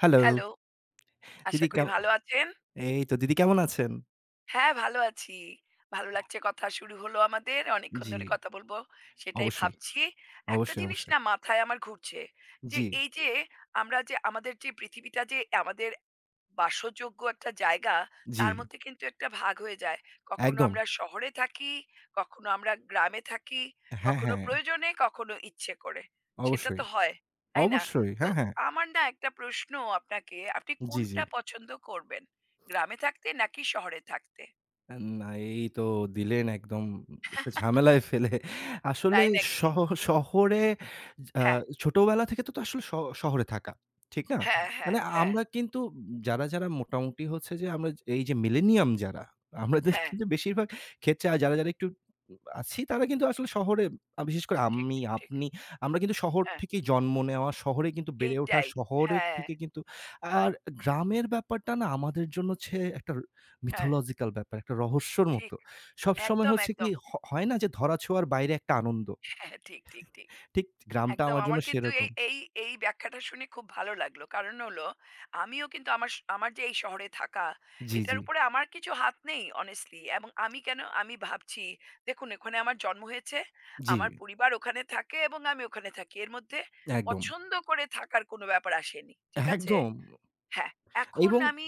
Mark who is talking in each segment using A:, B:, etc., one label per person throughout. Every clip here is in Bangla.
A: হ্যালো।
B: হ্যালো, আশা
A: দিদি
B: করি
A: কেম
B: ভালো আছেন।
A: এই তো দিদি কেমন আছেন?
B: হ্যাঁ, ভালো আছি। ভালো লাগছে কথা শুরু হলো আমাদের। অনেকক্ষণ
A: জি,
B: ধরে কথা বলবো সেটাই
A: অবশ্যই,
B: ভাবছি। একটা
A: অবশ্যই,
B: জিনিস
A: অবশ্যই।
B: না মাথায় আমার ঘুরছে যে
A: জি,
B: এই যে আমরা যে আমাদের যে পৃথিবীটা যে আমাদের বাসযোগ্য একটা জায়গা
A: জি,
B: তার মধ্যে কিন্তু একটা ভাগ হয়ে যায় কখনো
A: একদম।
B: আমরা শহরে থাকি কখনো আমরা গ্রামে থাকি
A: হ্যাঁ,
B: কখনো
A: হ্যাঁ,
B: প্রয়োজনে কখনো ইচ্ছে করে সেটা
A: অবশ্যই,
B: তো হয় তাই না
A: অবশ্যই।
B: তো
A: হ্যাঁ, হ্যাঁ।
B: আমার না একটা প্রশ্ন আপনাকে আপনি
A: জি, জি।
B: কোনটা পছন্দ করবেন গ্রামে থাকতে নাকি শহরে থাকতে
A: আন না, এই তো দিলেন একদম একটা ঝামেলায় ফেলে। আসলে
B: তাই নাকি
A: শহ শহরে, আ
B: হ্যাঁ
A: ছোটবেলা থেকে তো তো আসলে শহরে থাকা। ঠিক না?
B: হ্যাঁ হ্যাঁ
A: মানে
B: হ্যাঁ
A: আমরা কিন্তু যারা মোটামুটি হচ্ছে যে আমরা এই যে মিলেনিয়াম যারা, আমাদের
B: হ্যাঁ
A: কিন্তু বেশিরভাগ ক্ষেত্রে, আর যারা একটু আছি তারা কিন্তু আসলে শহরে, বিশেষ করে
B: ঠিক
A: আমি,
B: ঠিক ঠিক
A: আপনি আমরা কিন্তু শহর
B: হ্যাঁ
A: থেকেই জন্ম নেওয়া, শহরে কিন্তু বেড়ে ওঠা,
B: এইটাই
A: শহরের
B: হ্যাঁ
A: থেকে কিন্তু। আর গ্রামের ব্যাপারটা না আমাদের জন্য হচ্ছে একটা
B: হ্যাঁ
A: mythological ব্যাপার, একটা রহস্যর মতো।
B: ঠিক
A: সবসময়
B: একদম
A: হচ্ছে কি
B: একদম
A: হয় না যে ধরাছোঁয়ার বাইরে একটা আনন্দ।
B: হ্যাঁ ঠিক ঠিক ঠিক
A: ঠিক, গ্রামটা
B: একদম
A: আমার জন্য
B: আমার কিন্তু
A: সেরকম।
B: এই এই এই ব্যাখ্যাটা শুনে খুব ভালো লাগলো। কারণ হলো আমিও কিন্তু আমার আমার যে এই শহরে থাকা,
A: জি, জি,
B: এটার উপরে আমার কিছু হাত নেই honestly এবং আমি ভাবছি দেখুন ওখানে আমার জন্ম হয়েছে,
A: জি,
B: আমার পরিবার ওখানে থাকে এবং আমি ওখানে থাকি। এর মধ্যে
A: একদম,
B: পছন্দ করে থাকার কোনো ব্যাপার আসেনি। ঠিক আছে?
A: একদম,
B: হ্যাঁ, এখন
A: এবং
B: আমি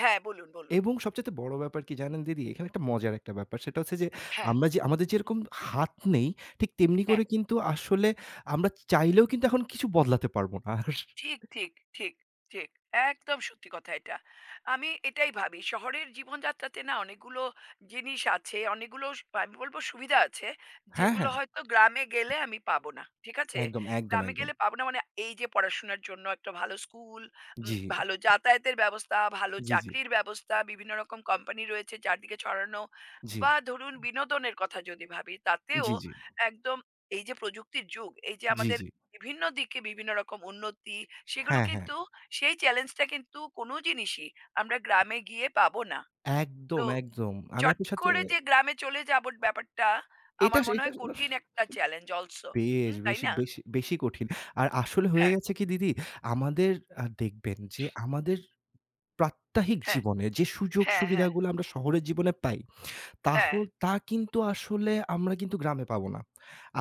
B: হ্যাঁ, বলুন, বলুন।
A: এবং সবচাইতে বড় ব্যাপার কি জানেন দিদি? এখানে একটা মজার একটা ব্যাপার। সেটা হচ্ছে যে
B: হ্যাঁ,
A: আমরা যে আমাদের যেরকম হাত নেই, ঠিক তেমনি
B: হ্যাঁ।
A: করে কিন্তু আসলে আমরা চাইলেও কিন্তু এখন কিছু বদলাতে পারব না। আর।
B: ঠিক, ঠিক, ঠিক, ঠিক। একদম সত্যি কথা এটা। আমি এটাই ভাবি। শহরের জীবনযাত্রাতে না অনেকগুলো জিনিস আছে, অনেকগুলো আমি বলব সুবিধা আছে,
A: হ্যাঁ,
B: যেগুলো
A: হ্যাঁ,
B: হয়তো গ্রামে গেলে আমি পাবো না। ঠিক আছে?
A: একদম, একদম,
B: গ্রামে
A: একদম।
B: গেলে পাবো না মানে এই যে পড়াশোনার জন্য একটা ভালো স্কুল,
A: জি,
B: ভালো যাতায়াতের ব্যবস্থা, ভালো
A: জি, জি,
B: চাকরির ব্যবস্থা, বিভিন্ন রকম কোম্পানি রয়েছে চারদিকে ছড়ানো
A: জি,
B: বা ধরুন বিনোদনের কথা যদি ভাবি, তাতেও
A: জি, জি,
B: একদম এই যে প্রযুক্তির যুগ, এই যে
A: জি,
B: আমাদের
A: জি,
B: বিভিন্ন দিকে বিভিন্ন রকম উন্নতি সেগুলো
A: হ্যাঁ, হ্যাঁ।
B: কিন্তু সেই চ্যালেঞ্জটা কিন্তু কোনো জিনিসই আমরা গ্রামে গিয়ে পাবো না।
A: একদম,
B: তো
A: একদম। আমি
B: চট
A: আপনার সাথে।
B: করে যে গ্রামে চলে যাবো ব্যাপারটা
A: এটা
B: আমার মনে
A: এটা
B: হয় কঠিন একটা চ্যালেঞ্জ অলসো।
A: বেশ
B: হুম, তাই
A: বেশি
B: না?
A: বেশি বেশি কঠিন। আর আসলে হয়ে
B: হ্যাঁ,
A: গেছে কি দিদি, আমাদের, দেখবেন যে আমাদের প্রাত্যহিক
B: হ্যাঁ,
A: জীবনে যে
B: হ্যাঁ, হ্যাঁ,
A: সুযোগ-সুবিধাগুলো আমরা শহরের জীবনে পাই, তাহ
B: হ্যাঁ,
A: তা কিন্তু আসলে আমরা কিন্তু গ্রামে পাবো না।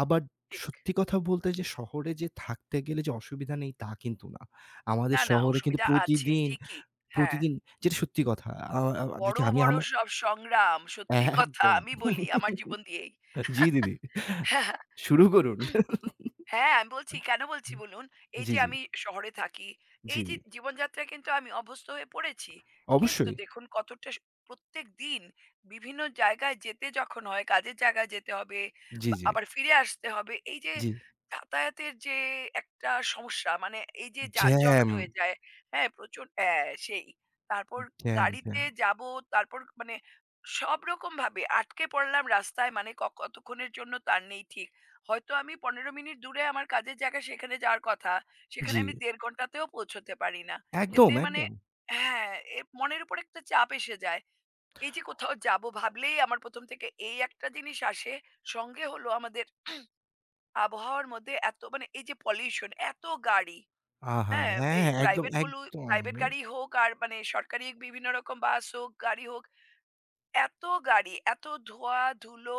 A: আবার
B: ঠিক।
A: সত্যি কথা বলতে যে শহরে যে থাকতে গেলে যে অসুবিধা নেই তা কিন্তু না। আমাদের
B: না, না
A: শহরে কিন্তু
B: অসুবিধা আছে
A: প্রতিদিন,
B: ঠিকই। হ্যাঁ,
A: প্রতিদিন যেটা সত্যি কথা, আ আ
B: বড়,
A: যদি আমি
B: বড়
A: আমা
B: সব সংগ্রাম সত্যি কথা
A: একদম।
B: আমি বলি আমার জীবন দিয়েই।
A: জি দিদি। শুরু করুন।
B: হ্যাঁ, আমি বলছি, কেন বলছি বলুন? এই
A: জি,
B: যে
A: জি,
B: আমি শহরে থাকি,
A: জি,
B: এই যে
A: জি।
B: জীবনযাত্রায় কিন্তু আমি অভ্যস্ত হয়ে পড়েছি। কিন্তু
A: অবশ্যই।
B: দেখুন কতটা প্রত্যেকদিন বিভিন্ন জায়গায় যেতে যখন হয়, কাজের জায়গায় যেতে হবে,
A: জি,
B: বা
A: জি,
B: আবার ফিরে আসতে হবে। এই যে
A: জি।
B: যাতায়াতের যে একটা সমস্যা, মানে এই যে যানজট
A: জ্যাম,
B: হয়ে যায়, হ্যাঁ? প্রচুর হ্যাঁ, সেই। তারপর
A: জ্যাম,
B: গাড়িতে
A: জ্যাম।
B: যাবো, তারপর মানে সব রকমভাবে আটকে পড়লাম রাস্তায়, মানে কতক্ষণের জন্য তার নেই ঠিক। হয়তো আমি ১৫ মিনিট দূরে আমার কাজের জায়গা সেখানে যাওয়ার কথা। সেখানে
A: জি।
B: আমি ১.৫ ঘন্টাতেও পৌঁছতে পারি না।
A: একদম,
B: এতে মানে
A: একদম।
B: হ্যাঁ, এ মনের উপর একটা চাপ এসে যায়। এই যে কোথাও যাবো ভাবলেই আমার ১ম থেকে এই একটা জিনিস আসে। সঙ্গে হলো আমাদের আবহাওয়ার মধ্যে এত মানে এই যে পলিউশন এত গাড়ি,
A: আহা!
B: হ্যাঁ? এই
A: হ্যাঁ, একদম,
B: প্রাইভেট গুলো
A: একদম।
B: প্রাইভেট গাড়ি হোক আর মানে সরকারি বিভিন্ন রকম বাস হোক, গাড়ি হোক এত গাড়ি, এত ধোঁয়া ধুলো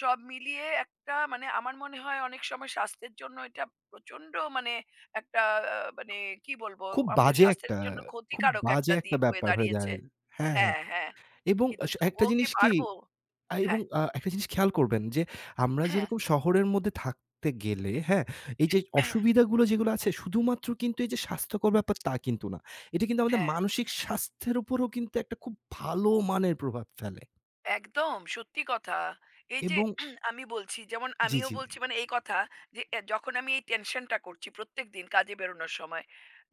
B: সব মিলিয়ে একটা মানে আমার মনে হয় অনেক সময় স্বাস্থ্যের জন্য এটা প্রচন্ড মানে একটা মানে কি বলবো?
A: খুব
B: আমাদের
A: বাজে
B: স্বাস্থ্যের
A: একটা
B: জন্য
A: খুব
B: ক্ষতিকারক
A: বাজে
B: একটা
A: একটা
B: দিক হয়ে
A: ব্যাপার হয়ে
B: দাঁড়িয়েছে।
A: দাঁড়ায়। হ্যাঁ, হ্যাঁ।
B: হ্যাঁ, হ্যাঁ।
A: এবং
B: কিন্তু
A: আস একটা
B: তবুও কি
A: জিনিস কি
B: পারবো?
A: এবং
B: হ্যাঁ,
A: একটা জিনিস খেয়াল করবেন যে আমরা
B: হ্যাঁ,
A: যেরকম শহরের মধ্যে থাকতে গেলে, হ্যাঁ? এই যে অসুবিধাগুলো যেগুলো আছে শুধুমাত্র কিন্তু এই যে স্বাস্থ্যকর ব্যাপার তা কিন্তু না। এটা কিন্তু আমাদের
B: হ্যাঁ।
A: মানসিক স্বাস্থ্যের উপরও কিন্তু একটা খুব ভালো মানের প্রভাব ফেলে
B: একদম সত্যি কথা। এই যে
A: এবং
B: আমি বলছি যেমন
A: জি,
B: আমিও
A: জি।
B: বলছি মানে এই কথা যে এ যখন আমি এই টেনশনটা করছি প্রত্যেকদিন কাজে বেরোনোর সময়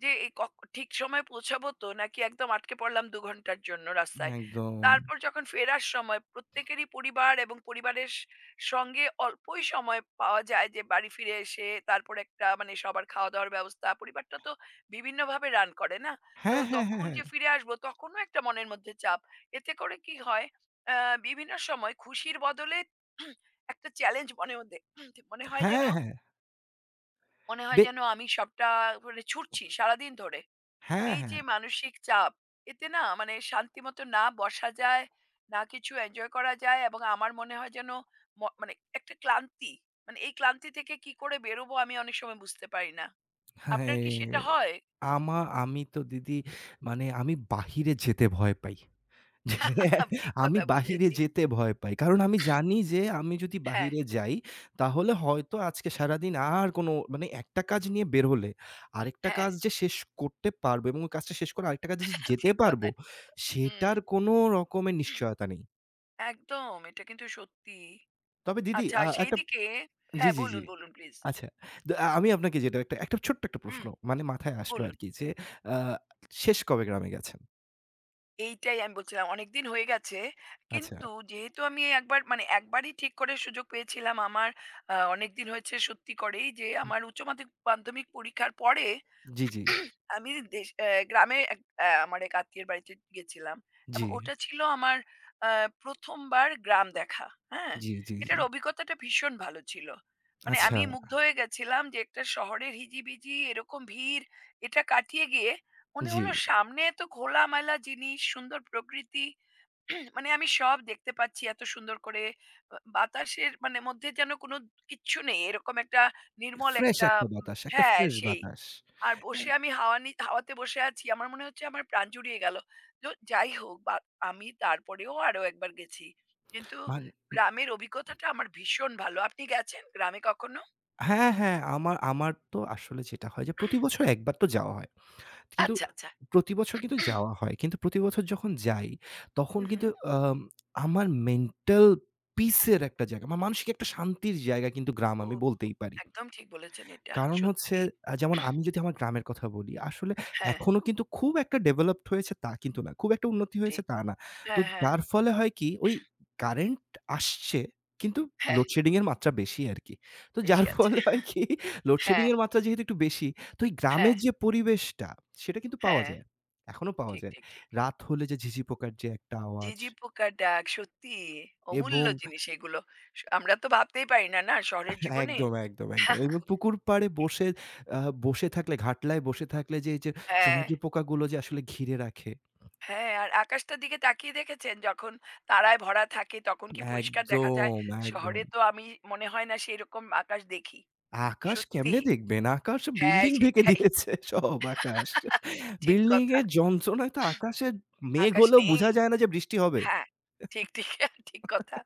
B: যে এই ক ঠিক সময়ে পৌঁছাবো তো নাকি একদম আটকে পড়লাম ২ ঘন্টার জন্য রাস্তায়।
A: একদম।
B: তারপর যখন ফেরার সময় প্রত্যেকেরই পরিবার এবং পরিবারের সঙ্গে অল্পই সময় পাওয়া যায় যে বাড়ি ফিরে এসে তারপর একটা মানে সবার খাওয়া-দাওয়ার ব্যবস্থা। পরিবারটা তো বিভিন্নভাবে রান করে না? তো
A: হ্যাঁ, হ্যাঁ, হ্যাঁ,
B: তখন
A: হ্যাঁ।
B: যে ফিরে আসবো তখনও একটা মনের মধ্যে চাপ। এতে করে কি হয় আ বিভিন্ন সময় খুশির বদলে একটা চ্যালেঞ্জ মনে মধ্যে মনে হয় যেন
A: হ্যাঁ, হ্যাঁ। বে
B: আমি সবটা মানে ছুটছি সারাদিন ধরে।
A: হ্যাঁ,
B: এই
A: হ্যাঁ।
B: যে মানসিক চাপ, এতে না মানে শান্তিমতো না বসা যায়, না কিছু এনজয় করা যায় এবং আমার মনে হয় যেন মানে একটা ক্লান্তি। মানে এই ক্লান্তি থেকে কি করে বেরোবো আমি অনেক সময় বুঝতে পারি না। আপনার
A: হ্যাঁ,
B: কি সেটা হয়?
A: আমা আমি তো দিদি মানে আমি বাহিরে যেতে ভয় পাই।
B: ঠিক
A: আমি
B: কথা
A: বাহিরে
B: বুঝেছি।
A: যেতে ভয় পাই। কারণ আমি জানি যে আমি যদি
B: হ্যাঁ,
A: বাহিরে যাই তাহলে হয়তো আজকে সারাদিন আর কোনো মানে একটা কাজ নিয়ে বের হলে আরেকটা
B: হ্যাঁ।
A: কাজ যে শেষ করতে পারবো এবং ওই কাজটা শেষ করে আরেকটা কাজে যে যেতে
B: ঠিক কথা,
A: পারবো
B: ঠিক কথা। হুম,
A: সেটার কোনো রকমের নিশ্চয়তা নেই।
B: একদম। এটা কিন্তু সত্যি।
A: তবে দিদি
B: আচ্ছা আর
A: একটা।
B: সেইদিকে
A: জি,
B: হ্যাঁ,
A: জি, জি।
B: বলুন, বলুন প্লিজ।
A: আচ্ছা। তো আমি আপনাকে যেটা, একটা ছোট্ট একটা প্রশ্ন
B: হুম,
A: মানে মাথায় আসলো
B: বলুন।
A: আরকি যে আ শেষ কবে গ্রামে গেছেন?
B: এইটাই আমি বলছিলাম অনেকদিন হয়ে গেছে।
A: আচ্ছা।
B: কিন্তু যেহেতু আমি একবার মানে একবারই ঠিক করে সুযোগ পেয়েছিলাম আমার অনেকদিন হয়েছে সত্যি করেই যে আমার উচ্চ মাধ্যমিক মাধ্যমিক পরীক্ষার পরে
A: জি, জি।
B: আমি দেশ অ্যা গ্রামে এক অ্যা আমার এক আত্মীয়ের বাড়িতে গেছিলাম
A: জি,
B: এবং ওটা ছিল আমার আ ১ম বার গ্রাম দেখা। হ্যাঁ?
A: জি, জি, জি।
B: এটার অভিজ্ঞতাটা ভীষণ ভালো ছিল। মানে
A: আচ্ছা,
B: আমি মুগ্ধ হয়ে গেছিলাম যে একটা শহরের হিজিবিজি এরকম ভিড় এটা কাটিয়ে গিয়ে মনে
A: জি।
B: হলো সামনে এত খোলামেলা জিনিস, সুন্দর প্রকৃতি মানে আমি সব দেখতে পাচ্ছি এত সুন্দর করে। বা বাতাসের মানে মধ্যে যেন কোনো কিচ্ছু নেই। এরকম একটা নির্মল
A: ফ্রেশ
B: একটা
A: একটা
B: উম,
A: বাতাস, একটা
B: হ্যাঁ,
A: ফ্রেশ
B: সেই।
A: বাতাস।
B: আর
A: অ্যা
B: বসে আমি হাওয়াতে বসে আছি। আমার মনে হচ্ছে আমার প্রাণ জুড়িয়ে গেল। তো যাই হোক বা আমি তারপরেও আরো একবার গেছি। কিন্তু
A: মান
B: গ্রামের অভিজ্ঞতাটা আমার ভীষণ ভালো। আপনি গেছেন গ্রামে কখনো?
A: হ্যাঁ, হ্যাঁ, আমার আমার তো আসলে যেটা হয় যে প্রতি বছর একবার তো যাওয়া হয়। কিন্তু
B: আচ্ছা, আচ্ছা।
A: প্রতি বছর কিন্তু যাওয়া হয়। কিন্তু প্রতি বছর যখন যাই তখন
B: হু, হু।
A: কিন্তু, আম আমার মেন্টাল পিস এর একটা জায়গা, আমার মানসিক একটা শান্তির জায়গা কিন্তু গ্রাম আমি
B: খুব, খুব
A: বলতেই পারি।
B: একদম ঠিক বলেছেন এটা
A: কারণ হচ্ছে,
B: সত্যি।
A: যেমন আমি যদি আমার গ্রামের কথা বলি, আসলে
B: হ্যাঁ,
A: এখনো কিন্তু খুব একটা ডেভেলপড হয়েছে তা কিন্তু না। খুব একটা উন্নতি হয়েছে
B: ঠিক।
A: তা না। তো
B: হ্যাঁ, হ্যাঁ,
A: যার ফলে হয় কি ওই কারেন্ট আসছে কিন্তু
B: হ্যাঁ,
A: লোডশেডিং এর মাত্রা বেশি আরকি। তো যার
B: বেশি আছে।
A: ফলে হয় কি লোডশেডিং
B: হ্যাঁ,
A: এর মাত্রা যেহেতু একটু বেশি, তো এই গ্রামের
B: হ্যাঁ,
A: যে পরিবেশটা সেটা কিন্তু পাওয়া
B: হ্যাঁ,
A: যায়। এখনো পাওয়া
B: ঠিক,
A: যায়।
B: ঠিক, ঠিক।
A: রাত হলে যে ঝিঁঝি পোকার যে একটা আওয়াজ,
B: ঝিঁঝি পোকার ডাক সত্যি অমূল্য
A: এবং
B: জিনিস এগুলো। স আমরা তো ভাবতেই পারি না, না শহরের জীবনে।
A: একদম, একদম, একদম। এবং পুকুর পাড়ে বসে, আ বসে থাকলে ঘাটলায় বসে থাকলে যে, এই যে
B: হ্যাঁ,
A: সোনাকি পোকাগুলো যে আসলে ঘিরে রাখে।
B: হ্যাঁ, আর আকাশটার দিকে তাকিয়ে দেখেছেন যখন তারায় ভরা থাকে তখন কি পরিষ্কার দেখা যায়?
A: একদম, একদম।
B: শহরে তো আমি মনে হয় না সেরকম আকাশ দেখি।
A: আকাশ
B: সত্যি।
A: কেমনে দেখবেন? আকাশ
B: হ্যাঁ,
A: বিল্ডিং ঢেকে
B: সেটাই।
A: দিয়েছে সব আকাশ।
B: ঠিক
A: বিল্ডিং
B: কথা।
A: এর যন্ত্রণায় তো আকাশে মেঘ
B: আকাশ
A: হলেও
B: নেই।
A: বোঝা যায় না যে বৃষ্টি হবে।
B: হ্যাঁ, ঠিক, ঠিক, ঠিক কথা।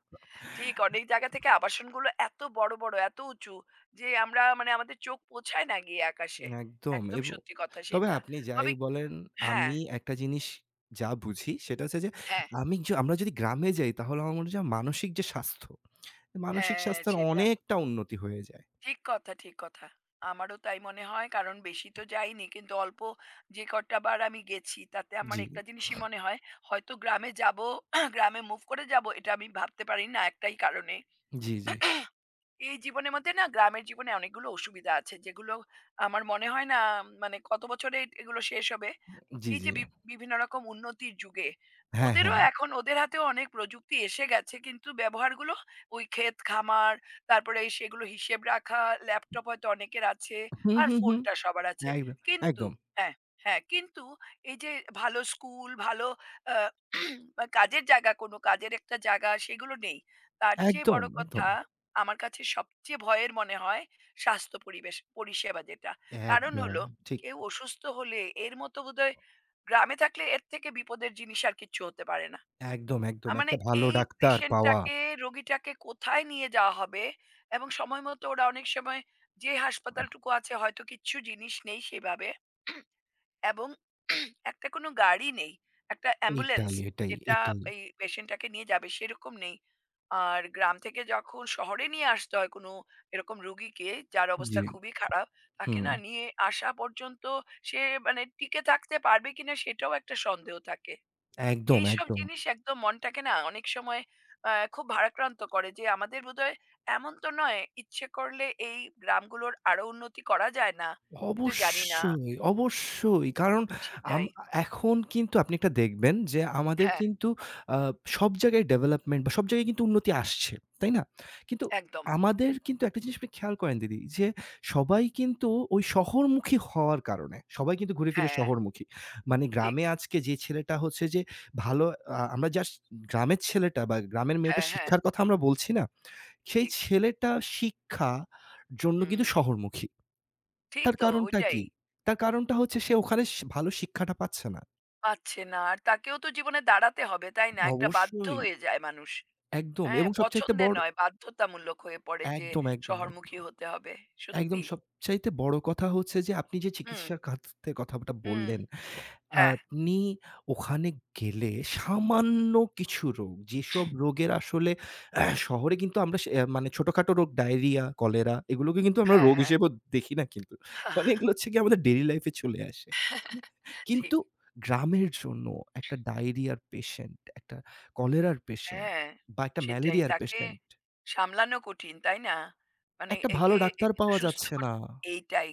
B: ঠিক অনেক জায়গা থেকে আবাসনগুলো এত বড়, বড়, এত উঁচু যে আমরা মানে আমাদের চোখ পৌঁছায় না গিয়ে আকাশে।
A: একদম,
B: একদম
A: এবং
B: সত্যি কথা
A: তবে
B: সেটা।
A: আপনি যাই
B: তবে
A: বলেন
B: হ্যাঁ,
A: আমি একটা জিনিস যা বুঝি সেটা হচ্ছে যে,
B: হ্যাঁ,
A: আমি য আমরা যদি গ্রামে যাই তাহলে আমার মনে হয় যে মানসিক যে স্বাস্থ্য, মানসিক
B: হ্যাঁ,
A: স্বাস্থ্যের
B: সেটা।
A: অনেকটা উন্নতি হয়ে যায়।
B: ঠিক কথা, ঠিক কথা। আমারও তাই মনে হয়। কারণ বেশি তো যাইনি। কিন্তু অল্প যে কটা বার আমি গেছি তাতে আমার
A: জি,
B: একটা জিনিসই মনে হয় হয়তো গ্রামে যাবো, গ্রামে মুভ করে যাবো এটা আমি ভাবতে পারি না একটাই কারণে।
A: জি, জি,
B: এই জীবনের মধ্যে না গ্রামের জীবনে অনেকগুলো অসুবিধা আছে যেগুলো আমার মনে হয় না মানে কত বছরে এগুলো শেষ হবে।
A: জি,
B: এই
A: জি।
B: যে বি বিভিন্ন রকম উন্নতির যুগে
A: হ্যাঁ,
B: ওদেরও
A: হ্যাঁ।
B: এখন ওদের হাতেও অনেক প্রযুক্তি এসে গেছে কিন্তু ব্যবহারগুলো ওই ক্ষেত খামার তারপরে এই সেগুলো হিসেব রাখা ল্যাপটপ হয়তো অনেকের আছে
A: হুম,
B: আর
A: হুম, হুম।
B: ফোনটা সবার আছে
A: একদম,
B: কিন্তু
A: একদম,
B: হ্যাঁ হ্যাঁ কিন্তু এই যে ভালো স্কুল ভালো আহ, বা কাজের জায়গা কোনো কাজের একটা জায়গা সেগুলো নেই তার চেয়ে
A: একদম,
B: বড়
A: একদম,
B: কথা আমার কাছে সবচেয়ে ভয়ের মনে হয় স্বাস্থ্য পরিবেশ পরিষেবা যেটা কারণ
A: একদম
B: হলো
A: ঠিক।
B: কেউ অসুস্থ হলে এর মতো বোধহয় গ্রামে থাকলে এর থেকে বিপদের জিনিস আর কিচ্ছু হতে পারে না।
A: একদম, একদম
B: মানে
A: একটা ভালো
B: এই
A: ডাক্তার পাওয়া।
B: পেশেন্টটাকে, রোগীটাকে কোথায় নিয়ে যাওয়া হবে এবং সময় মতো ওরা অনেক সময় যে হাসপাতালটুকু আছে হয়তো কিচ্ছু জিনিস নেই সেভাবে এবং একটা কোনো গাড়ি নেই। একটা অ্যাম্বুলেন্স
A: এটাই, এটাই,
B: যেটা
A: এটাই।
B: এই পেশেন্টটাকে নিয়ে যাবে সেরকম নেই। আর গ্রাম থেকে যখন শহরে নিয়ে আসতে হয় কোনো এরকম রুগীকে যার
A: জি,
B: অবস্থা খুবই খারাপ, তাকে
A: হুম।
B: না নিয়ে আসা পর্যন্ত সে মানে টিকে থাকতে পারবে কিনা সেটাও একটা সন্দেহ থাকে।
A: একদম,
B: এইসব
A: একদম।
B: জিনিস একদম মনটাকে না অনেক সময় খুব ভারাক্রান্ত করে যে আমাদের বোধহয় এমন তো নয় ইচ্ছে করলে এই গ্রামগুলোর আরো উন্নতি করা যায় না। কিন্তু জানি না,
A: অবশ্যই, অবশ্যই। কারণ, আম
B: সেটাই।
A: এখন কিন্তু আপনি একটা দেখবেন যে আমাদের
B: হ্যাঁ।
A: কিন্তু আ সব জায়গায় ডেভেলপমেন্ট বা সব জায়গায় কিন্তু উন্নতি আসছে। তাই না? কিন্তু
B: একদম।
A: আমাদের কিন্তু একটা জিনিস আপনি খেয়াল করেন দিদি যে সবাই কিন্তু ওই শহরমুখী হওয়ার কারণে সবাই কিন্তু ঘুরে ফিরে
B: হ্যাঁ,
A: শহরমুখী। মানে
B: ঠিক।
A: গ্রামে আজকে যে ছেলেটা হচ্ছে যে ভালো, আমরা জাস্ট গ্রামের ছেলেটা বা গ্রামের মেয়েটা
B: হ্যাঁ, হ্যাঁ,
A: শিক্ষার কথা আমরা বলছি না। সেই
B: ঠিক।
A: ছেলেটা শিক্ষা জন্য
B: হুম,
A: কিন্তু শহরমুখী।
B: ঠিক
A: তার
B: তো
A: কারণটা
B: ওইটাই।
A: কি? তার কারণটা হচ্ছে সে ওখানে ভালো শিক্ষাটা পাচ্ছে না।
B: পাচ্ছে না। আর তাকেও তো জীবনে দাঁড়াতে হবে, তাই না? একটা বাধ্য
A: অবশ্যই।
B: হয়ে যায় মানুষ।
A: একদম,
B: হ্যাঁ,
A: এবং সবচাইতে
B: পছন্দের
A: বড়,
B: নয়, বাধ্যতামূলক হয়ে পড়ে যে
A: একদম, একদম, একদম।
B: শহরমুখী হতে হবে।
A: একদম
B: সত্যি।
A: সবচাইতে বড় কথা হচ্ছে যে আপনি যে
B: হুম,
A: চিকিৎসার খাতের কথাটা
B: হুম।
A: বললেন
B: হ্যাঁ,
A: আপনি ওখানে গেলে সামান্য কিছু রোগ, যেসব রোগের আসলে, শহরে কিন্তু আমরা সে, মানে ছোটখাটো রোগ ডায়রিয়া, কলেরা এগুলোকে কিন্তু আমরা
B: হ্যাঁ,
A: রোগ
B: হ্যাঁ।
A: হিসেবেও দেখি না কিন্তু। মানে এগুলো হচ্ছে গিয়ে আমাদের ডেইলি লাইফ এ চলে আসে।
B: ঠিক।
A: কিন্তু গ্রামের জন্য একটা ডায়রিয়ার পেশেন্ট, একটা কলেরার পেশেন্ট
B: হ্যাঁ,
A: বা একটা
B: সেটাই।
A: ম্যালেরিয়ার
B: তাকে
A: পেশেন্ট,
B: সামলানো কঠিন, তাই না? মানে
A: একটা ভালো
B: একে
A: ডাক্তার
B: একে তো
A: পাওয়া
B: সুস্থ
A: যাচ্ছে না।
B: করতে এইটাই।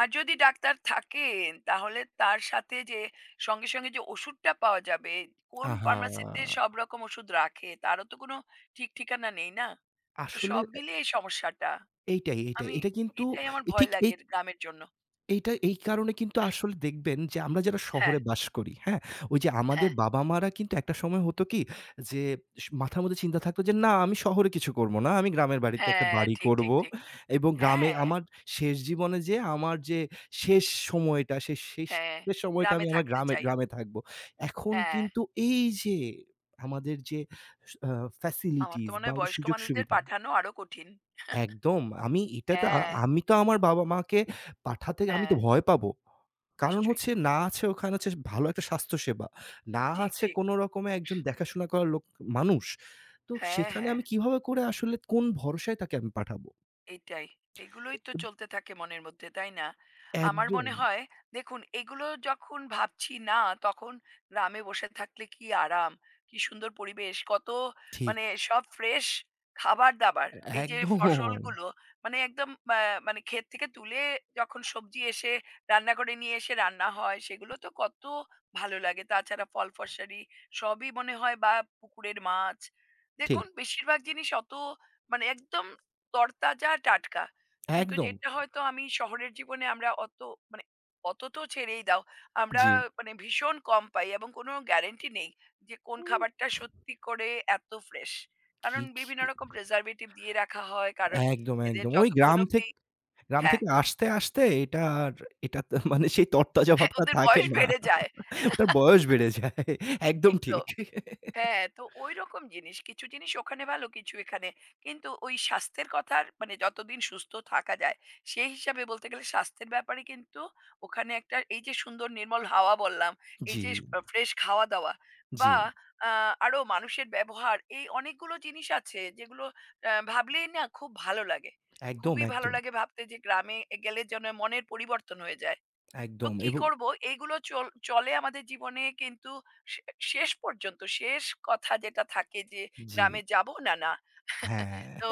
B: আর যদি ডাক্তার থাকেন, তাহলে তার সাথে যে সঙ্গে যে ওষুধটা পাওয়া যাবে, কোন ফার্মেসিতে
A: আহা!
B: সব রকম ওষুধ রাখে, তারও তো কোনো ঠিক ঠিকানা নেই না? তো
A: আসলে
B: সব
A: এ
B: মিলিয়ে এই সমস্যাটা।
A: এইটাই, এইটাই।
B: আমি
A: এটা কিন্তু
B: এটাই আমার ভয়
A: ঠিক,
B: লাগে গ্রামের জন্য।
A: এইটা এই কারণে কিন্তু আসলে দেখবেন যে আমরা যারা
B: হ্যাঁ,
A: শহরে বাস করি, হ্যাঁ? ওই যে আমাদের
B: হ্যাঁ,
A: বাবা-মারা কিন্তু একটা সময় হতো কি যে, মাথার মধ্যে চিন্তা থাকতো যে, "না আমি শহরে কিছু করব না। আমি গ্রামের বাড়িতে একটা
B: হ্যাঁ,
A: বাড়ি
B: ঠিক,
A: করব
B: ঠিক, ঠিক।
A: এবং গ্রামে
B: হ্যাঁ,
A: আমার শেষ জীবনে যেয়ে আমার যে শেষ সময়টা সে শেষ
B: হ্যাঁ,
A: শেষ সময়টা আমি
B: গ্রামে
A: আমার
B: থাকতে
A: গ্রামে
B: চাই।
A: গ্রামে থাকব।" এখন
B: হ্যাঁ।
A: কিন্তু এই যে আমাদের যে, স আ
B: আমার তো
A: ফ্যাসিলিটিস
B: মনে
A: বা
B: হয়
A: ওদের
B: বয়স্ক মানুষদের
A: সুযোগ-সুবিধা,
B: পাঠানো আরো কঠিন।
A: একদম। আমি এটাতে
B: হ্যাঁ,
A: আমি তো আমার বাবা-মাকে পাঠাতে আমি
B: হ্যাঁ,
A: তো ভয় পাবো। কারণ
B: নিশ্চয়ই।
A: হচ্ছে না আছে ওখানে হচ্ছে ভালো একটা স্বাস্থ্যসেবা। না
B: ঠিক,
A: আছে
B: ঠিক।
A: কোন রকমে একজন দেখাশোনা করার লোক, মানুষ। তো
B: হ্যাঁ,
A: সেখানে
B: হ্যাঁ।
A: আমি কিভাবে করে আসলে কোন ভরসায় তাকে আমি পাঠাবো?
B: এটাই। এগুলোই তো চলতে থাকে মনের মধ্যে, তাই না? আমার
A: একদম
B: মনে হয় দেখুন এগুলো যখন ভাবছি না, তখন গ্রামে বসে থাকলে কি আরাম, কি সুন্দর পরিবেশ, কত
A: ঠিক।
B: মানে সব ফ্রেশ খাবার-দাবার। এই যে
A: একদম
B: ফসলগুলো মানে একদম আ মানে ক্ষেত থেকে তুলে যখন সবজি এসে রান্না করে নিয়ে এসে রান্না হয়, সেগুলো তো কত ভালো লাগে। তাছাড়া ফল-ফসলারি সবই মনে হয় বা পুকুরের মাছ।
A: ঠিক।
B: দেখুন বেশিরভাগ জিনিস অত মানে একদম তরতাজা, টাটকা। কিন্তু
A: একদম।
B: যেটা হয়তো আমি শহরের জীবনে আমরা অত মানে অত তো ছেড়েই দাও। আমরা
A: জি।
B: মানে ভীষণ কম পাই এবং কোনো গ্যারান্টি নেই যে কোন
A: উম
B: খাবারটা সত্যি করে এত ফ্রেশ।
A: কি,
B: কারণ
A: কি
B: বিভিন্ন রকম preservative দিয়ে রাখা হয়। কারণ
A: একদম,
B: এদের
A: একদম। ওই
B: যতক্ষণ অব্দি
A: গ্রাম
B: হ্যাঁ,
A: থেকে আসতে, আসতে এটার, এটা তো মানে সেই তরতাজা
B: হ্যাঁ
A: ভাবটা
B: ওদের
A: থাকে
B: বয়স
A: না।
B: বেড়ে যায়।
A: ওটার বয়স বেড়ে যায়। একদম
B: ঠিক তো।
A: ঠিক।
B: হ্যাঁ, তো ঐরকম জিনিস। কিছু জিনিস ওখানে ভালো, কিছু এখানে। কিন্তু ওই স্বাস্থ্যের কথার মানে যতদিন সুস্থ থাকা যায়, সেই হিসাবে বলতে গেলে স্বাস্থ্যের ব্যাপারে কিন্তু ওখানে একটা এই যে সুন্দর নির্মল হাওয়া বললাম, এই
A: জি,
B: যে ফ্রেশ খাওয়া-দাওয়া
A: জি।
B: বা আ আরো মানুষের ব্যবহার, এই অনেকগুলো জিনিস আছে যেগুলো ভাবলেই না খুব ভালো লাগে।
A: একদম,
B: খুবই ভালো
A: একদম,
B: লাগে ভাবতে যে গ্রামে গেলে যেন মনের পরিবর্তন হয়ে যায়। তো
A: একদম,
B: কি
A: এবং
B: করব? এইগুলো চলে আমাদের জীবনে কিন্তু শে শেষ পর্যন্ত শেষ কথা যেটা থাকে যে
A: জি,
B: গ্রামে যাব না, না।
A: হ্যাঁ।
B: তো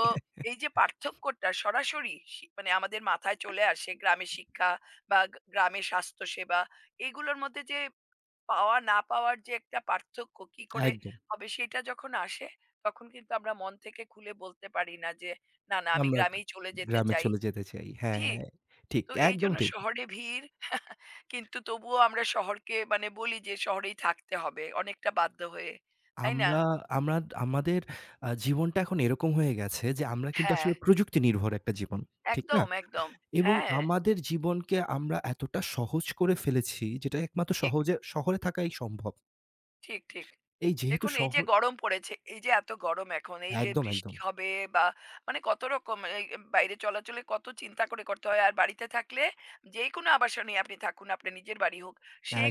B: এই যে পার্থক্যটা সরাসরি মানে আমাদের মাথায় চলে আসে গ্রামে শিক্ষা বা গ্রামে স্বাস্থ্যসেবা এগুলোর মধ্যে যে পাওয়া না পাওয়ার যে একটা পার্থক্য কি করে
A: একদম।
B: হবে সেটা যখন আসে তখন কিন্তু আমরা মন থেকে খুলে বলতে পারি না যে, "না, না আমি
A: আমরা
B: গ্রামেই চলে যেতে
A: গ্রামে
B: চাই।"
A: চলে যেতে চাই। হ্যাঁ,
B: ঠিক?
A: ঠিক।
B: তো
A: একদম
B: এইজন্য
A: ঠিক।
B: শহরে ভিড় কিন্তু তবুও আমরা শহরকে মানে বলি যে শহরেই থাকতে হবে অনেকটা বাধ্য হয়ে। তাই না?
A: আমরা আমরা আমাদের জীবনটা এখন এরকম হয়ে গেছে যে আমরা কিন্তু
B: হ্যাঁ,
A: আসলে প্রযুক্তি নির্ভর একটা জীবন। ঠিক না?
B: একদম, একদম।
A: এবং
B: হ্যাঁ,
A: আমাদের জীবনকে আমরা এতটা সহজ করে ফেলেছি যেটা একমাত্র
B: ঠিক।
A: সহজে শহরে থাকাই সম্ভব।
B: ঠিক, ঠিক।
A: এই যেহেতু
B: দেখুন এই যে
A: শহর,
B: গরম পড়েছে, এই যে এত গরম এখন, এই যে
A: একদম, একদম,
B: বৃষ্টি হবে বা মানে কত রকম এই বাইরে চলাচলে কত চিন্তা করে করতে হয়। আর বাড়িতে থাকলে যেকোনো আবাসনে আপনি থাকুন, আপনার নিজের বাড়ি হোক,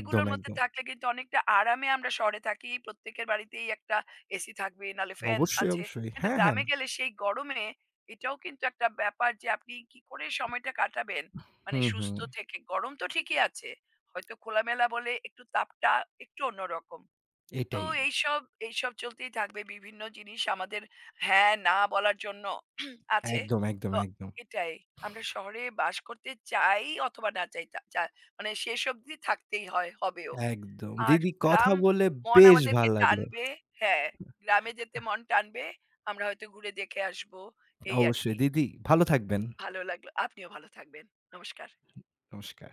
A: একদম,
B: মধ্যে
A: একদম।
B: থাকলে কিন্তু অনেকটা আরামে আমরা শহরে থাকি। প্রত্যেকের বাড়িতেই একটা এসি থাকবে, নাহলে ফ্যান
A: অবশ্যই,
B: আছে।
A: অবশ্যই।
B: কিন্তু
A: হ্যাঁ, হ্যাঁ।
B: গ্রামে গেলে সেই গরমে এটাও কিন্তু একটা ব্যাপার যে আপনি কি করে সময়টা কাটাবেন? মানে
A: হুম, হুম।
B: সুস্থ থেকে। গরম তো ঠিকই আছে। হয়তো খোলামেলা বলে একটু তাপটা একটু অন্যরকম। তো
A: এটাই।
B: এইসব, এইসব চলতেই থাকবে। বিভিন্ন জিনিস আমাদের হ্যাঁ, না বলার জন্য আছে।
A: একদম, একদম,
B: তো
A: একদম,
B: এটাই। আমরা শহরে বাস করতে চাই অথবা না চাই তা চা মানে শেষ অবধি থাকতেই হয়, হবেও।
A: একদম।
B: আর
A: দিদি কথা
B: গ্রাম
A: বলে
B: মন
A: বেশ
B: আমাদেরকে
A: ভাল লাগলো।
B: টানবে হ্যাঁ, গ্রামে যেতে মন টানবে। আমরা হয়তো ঘুরে দেখে আসবো। এই
A: অবশ্যই
B: আরকি।
A: দিদি ভালো থাকবেন।
B: ভালো লাগলো। আপনিও ভালো থাকবেন। নমস্কার।
A: নমস্কার।